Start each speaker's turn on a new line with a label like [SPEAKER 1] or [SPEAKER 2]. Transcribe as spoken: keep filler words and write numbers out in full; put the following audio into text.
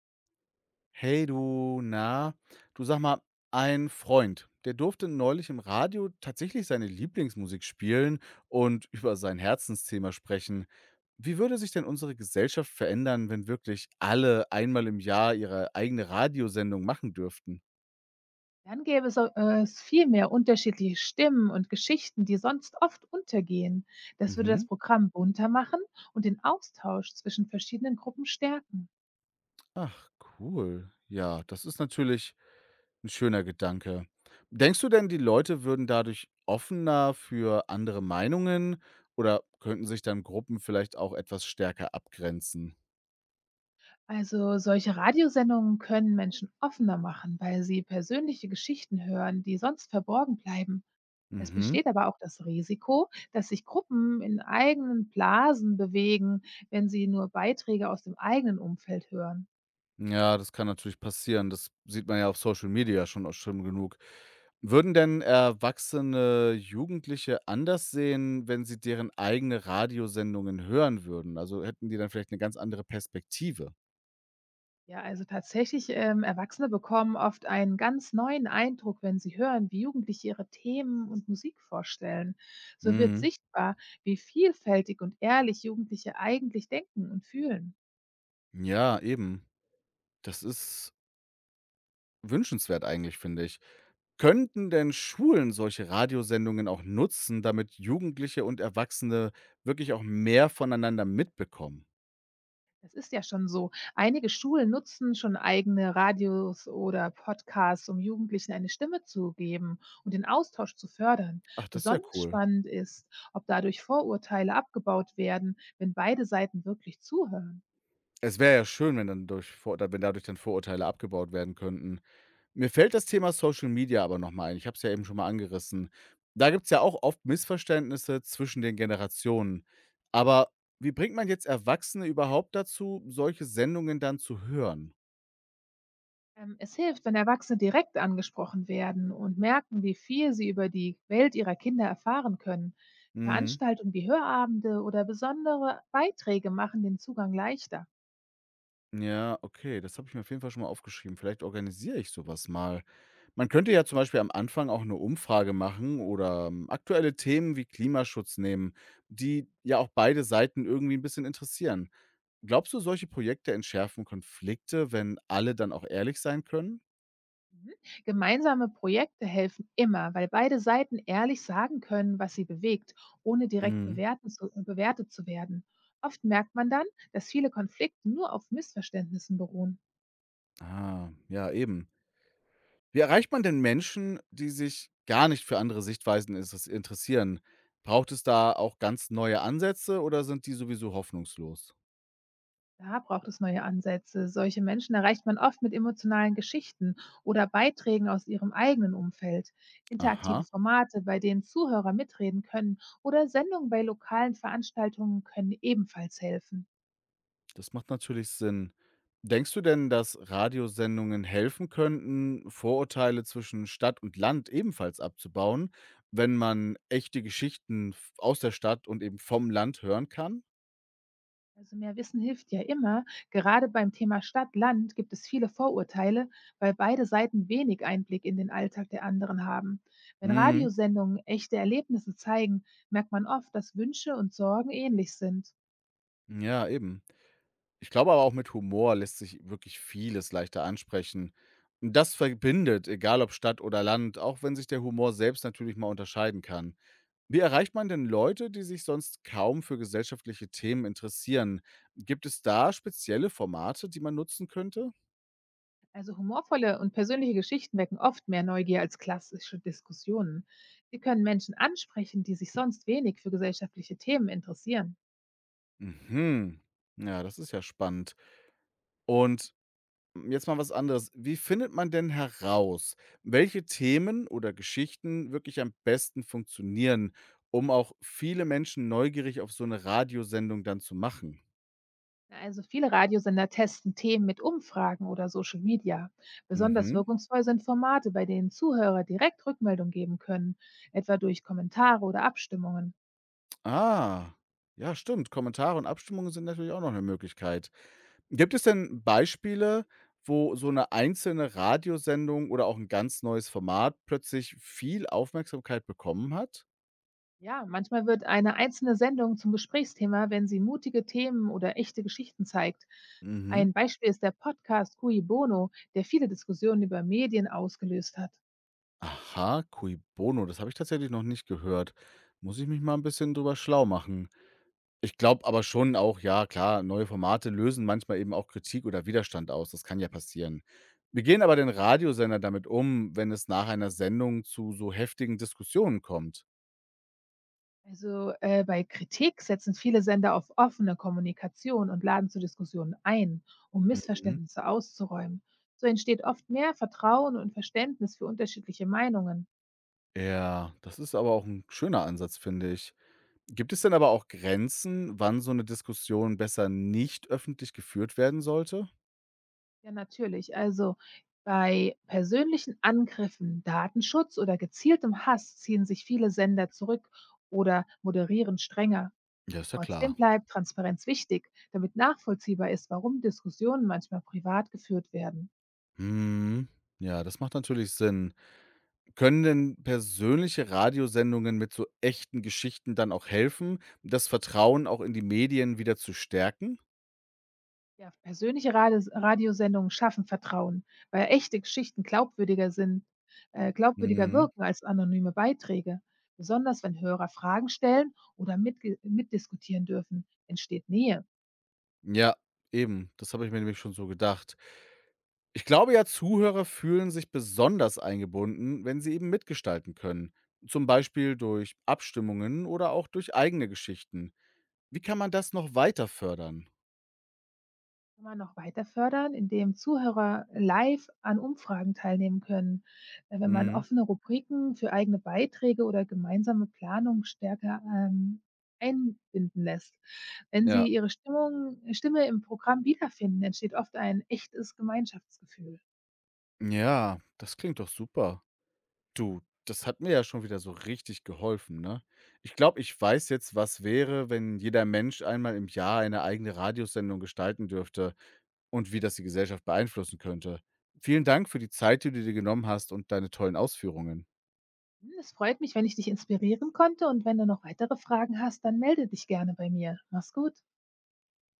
[SPEAKER 1] Hey du, na, du sag mal, ein Freund, der durfte neulich im Radio tatsächlich seine Lieblingsmusik spielen und über sein Herzensthema sprechen. Wie würde sich denn unsere Gesellschaft verändern, wenn wirklich alle einmal im Jahr ihre eigene Radiosendung machen dürften?
[SPEAKER 2] Dann gäbe es, äh, es viel mehr unterschiedliche Stimmen und Geschichten, die sonst oft untergehen. Das würde das
[SPEAKER 1] Mhm.
[SPEAKER 2] Programm bunter machen und den Austausch zwischen verschiedenen Gruppen stärken.
[SPEAKER 1] Ach, cool. Ja, das ist natürlich 'n schöner Gedanke. Denkst du denn, die Leute würden dadurch offener für andere Meinungen oder könnten sich dann Gruppen vielleicht auch etwas stärker abgrenzen?
[SPEAKER 2] Also solche Radiosendungen können Menschen offener machen, weil sie persönliche Geschichten hören, die sonst verborgen bleiben. Es
[SPEAKER 1] Mhm.
[SPEAKER 2] besteht aber auch das Risiko, dass sich Gruppen in eigenen Blasen bewegen, wenn sie nur Beiträge aus dem eigenen Umfeld hören.
[SPEAKER 1] Ja, das kann natürlich passieren. Das sieht man ja auf Social Media schon auch schlimm genug. Würden denn erwachsene Jugendliche anders sehen, wenn sie deren eigene Radiosendungen hören würden? Also, hätten die dann vielleicht 'ne ganz andere Perspektive?
[SPEAKER 2] Ja, also tatsächlich, ähm, Erwachsene bekommen oft einen ganz neuen Eindruck, wenn sie hören, wie Jugendliche ihre Themen und Musik vorstellen. So wird
[SPEAKER 1] Mhm.
[SPEAKER 2] sichtbar, wie vielfältig und ehrlich Jugendliche eigentlich denken und fühlen.
[SPEAKER 1] Ja, eben. Das ist wünschenswert eigentlich, finde ich. Könnten denn Schulen solche Radiosendungen auch nutzen, damit Jugendliche und Erwachsene wirklich auch mehr voneinander mitbekommen?
[SPEAKER 2] Das ist ja schon so. Einige Schulen nutzen schon eigene Radios oder Podcasts, um Jugendlichen eine Stimme zu geben und den Austausch zu fördern.
[SPEAKER 1] Ach, das ist ja
[SPEAKER 2] Besonders
[SPEAKER 1] cool.
[SPEAKER 2] spannend ist, ob dadurch Vorurteile abgebaut werden, wenn beide Seiten wirklich zuhören.
[SPEAKER 1] Es wäre ja schön, wenn dann durch Vor wenn dadurch dann Vorurteile abgebaut werden könnten. Mir fällt das Thema Social Media aber noch mal ein. Ich habe es ja eben schon mal angerissen. Da gibt's ja auch oft Missverständnisse zwischen den Generationen. Aber wie bringt man jetzt Erwachsene überhaupt dazu, solche Sendungen dann zu hören?
[SPEAKER 2] Ähm, es hilft, wenn Erwachsene direkt angesprochen werden und merken, wie viel sie über die Welt ihrer Kinder erfahren können.
[SPEAKER 1] Mhm.
[SPEAKER 2] Veranstaltungen wie Hörabende oder besondere Beiträge machen den Zugang leichter.
[SPEAKER 1] Ja, okay, das habe ich mir auf jeden Fall schon mal aufgeschrieben. Vielleicht organisiere ich sowas mal. Man könnte ja zum Beispiel am Anfang auch eine Umfrage machen oder ähm, aktuelle Themen wie Klimaschutz nehmen, die ja auch beide Seiten irgendwie ein bisschen interessieren. Glaubst du, solche Projekte entschärfen Konflikte, wenn alle dann auch ehrlich sein können?
[SPEAKER 2] Mhm. Gemeinsame Projekte helfen immer, weil beide Seiten ehrlich sagen können, was sie bewegt, ohne direkt
[SPEAKER 1] Mhm.
[SPEAKER 2] bewerten zu, bewertet zu werden. Oft merkt man dann, dass viele Konflikte nur auf Missverständnissen beruhen.
[SPEAKER 1] Ah, ja, eben. Wie erreicht man denn Menschen, die sich gar nicht für andere Sichtweisen interess- interessieren? Braucht es da auch ganz neue Ansätze oder sind die sowieso hoffnungslos?
[SPEAKER 2] Da braucht es neue Ansätze. Solche Menschen erreicht man oft mit emotionalen Geschichten oder Beiträgen aus ihrem eigenen Umfeld. Interaktive
[SPEAKER 1] Aha.
[SPEAKER 2] Formate, bei denen Zuhörer mitreden können oder Sendungen bei lokalen Veranstaltungen können ebenfalls helfen.
[SPEAKER 1] Das macht natürlich Sinn. Denkst du denn, dass Radiosendungen helfen könnten, Vorurteile zwischen Stadt und Land ebenfalls abzubauen, wenn man echte Geschichten f- aus der Stadt und eben vom Land hören kann?
[SPEAKER 2] Also mehr Wissen hilft ja immer. Gerade beim Thema Stadt-Land gibt es viele Vorurteile, weil beide Seiten wenig Einblick in den Alltag der anderen haben. Wenn
[SPEAKER 1] Mhm.
[SPEAKER 2] Radiosendungen echte Erlebnisse zeigen, merkt man oft, dass Wünsche und Sorgen ähnlich sind.
[SPEAKER 1] Ja, eben. Ich glaube aber auch mit Humor lässt sich wirklich vieles leichter ansprechen. Und das verbindet, egal ob Stadt oder Land, auch wenn sich der Humor selbst natürlich mal unterscheiden kann. Wie erreicht man denn Leute, die sich sonst kaum für gesellschaftliche Themen interessieren? Gibt es da spezielle Formate, die man nutzen könnte?
[SPEAKER 2] Also humorvolle und persönliche Geschichten wecken oft mehr Neugier als klassische Diskussionen. Sie können Menschen ansprechen, die sich sonst wenig für gesellschaftliche Themen interessieren.
[SPEAKER 1] Mhm. Ja, das ist ja spannend. Und jetzt mal was anderes. Wie findet man denn heraus, welche Themen oder Geschichten wirklich am besten funktionieren, um auch viele Menschen neugierig auf so eine Radiosendung dann zu machen?
[SPEAKER 2] Na, also viele Radiosender testen Themen mit Umfragen oder Social Media. Besonders
[SPEAKER 1] Mhm.
[SPEAKER 2] wirkungsvoll sind Formate, bei denen Zuhörer direkt Rückmeldung geben können, etwa durch Kommentare oder Abstimmungen.
[SPEAKER 1] Ah. Ja, stimmt. Kommentare und Abstimmungen sind natürlich auch noch eine Möglichkeit. Gibt es denn Beispiele, wo so eine einzelne Radiosendung oder auch ein ganz neues Format plötzlich viel Aufmerksamkeit bekommen hat?
[SPEAKER 2] Ja, manchmal wird eine einzelne Sendung zum Gesprächsthema, wenn sie mutige Themen oder echte Geschichten zeigt.
[SPEAKER 1] Mhm.
[SPEAKER 2] Ein Beispiel ist der Podcast Cui Bono, der viele Diskussionen über Medien ausgelöst hat.
[SPEAKER 1] Aha, Cui Bono, das habe ich tatsächlich noch nicht gehört. Muss ich mich mal ein bisschen drüber schlau machen. Ich glaube aber schon auch, ja klar, neue Formate lösen manchmal eben auch Kritik oder Widerstand aus. Das kann ja passieren. Wie gehen aber den Radiosender damit um, wenn es nach einer Sendung zu so heftigen Diskussionen kommt?
[SPEAKER 2] Also äh, bei Kritik setzen viele Sender auf offene Kommunikation und laden zu Diskussionen ein, um
[SPEAKER 1] Mhm.
[SPEAKER 2] Missverständnisse auszuräumen. So entsteht oft mehr Vertrauen und Verständnis für unterschiedliche Meinungen.
[SPEAKER 1] Ja, das ist aber auch ein schöner Ansatz, finde ich. Gibt es denn aber auch Grenzen, wann so eine Diskussion besser nicht öffentlich geführt werden sollte?
[SPEAKER 2] Ja, natürlich. Also bei persönlichen Angriffen, Datenschutz oder gezieltem Hass ziehen sich viele Sender zurück oder moderieren strenger.
[SPEAKER 1] Ja, ist ja
[SPEAKER 2] Trotzdem
[SPEAKER 1] klar.
[SPEAKER 2] bleibt Transparenz wichtig, damit nachvollziehbar ist, warum Diskussionen manchmal privat geführt werden.
[SPEAKER 1] Mhm. Ja, das macht natürlich Sinn. Können denn persönliche Radiosendungen mit so echten Geschichten dann auch helfen, das Vertrauen auch in die Medien wieder zu stärken?
[SPEAKER 2] Ja, persönliche Radios Radiosendungen schaffen Vertrauen, weil echte Geschichten glaubwürdiger sind, äh, glaubwürdiger
[SPEAKER 1] Mhm.
[SPEAKER 2] wirken als anonyme Beiträge. Besonders wenn Hörer Fragen stellen oder mitge- mitdiskutieren dürfen, entsteht Nähe.
[SPEAKER 1] Ja, eben. Das habe ich mir nämlich schon so gedacht. Ich glaube ja, Zuhörer fühlen sich besonders eingebunden, wenn sie eben mitgestalten können. Zum Beispiel durch Abstimmungen oder auch durch eigene Geschichten. Wie kann man das noch weiter fördern?
[SPEAKER 2] Kann man noch weiter fördern, indem Zuhörer live an Umfragen teilnehmen können. Äh, Wenn man
[SPEAKER 1] Mhm.
[SPEAKER 2] offene Rubriken für eigene Beiträge oder gemeinsame Planung stärker ähm, einbinden lässt. Wenn sie
[SPEAKER 1] Ja.
[SPEAKER 2] ihre Stimmung, Stimme im Programm wiederfinden, entsteht oft ein echtes Gemeinschaftsgefühl.
[SPEAKER 1] Ja, das klingt doch super. Du, das hat mir ja schon wieder so richtig geholfen, ne? Ich glaube, ich weiß jetzt, was wäre, wenn jeder Mensch einmal im Jahr eine eigene Radiosendung gestalten dürfte und wie das die Gesellschaft beeinflussen könnte. Vielen Dank für die Zeit, die du dir genommen hast und deine tollen Ausführungen.
[SPEAKER 2] Hm, Es freut mich, wenn ich dich inspirieren konnte und wenn du noch weitere Fragen hast, dann melde dich gerne bei mir. Mach's gut.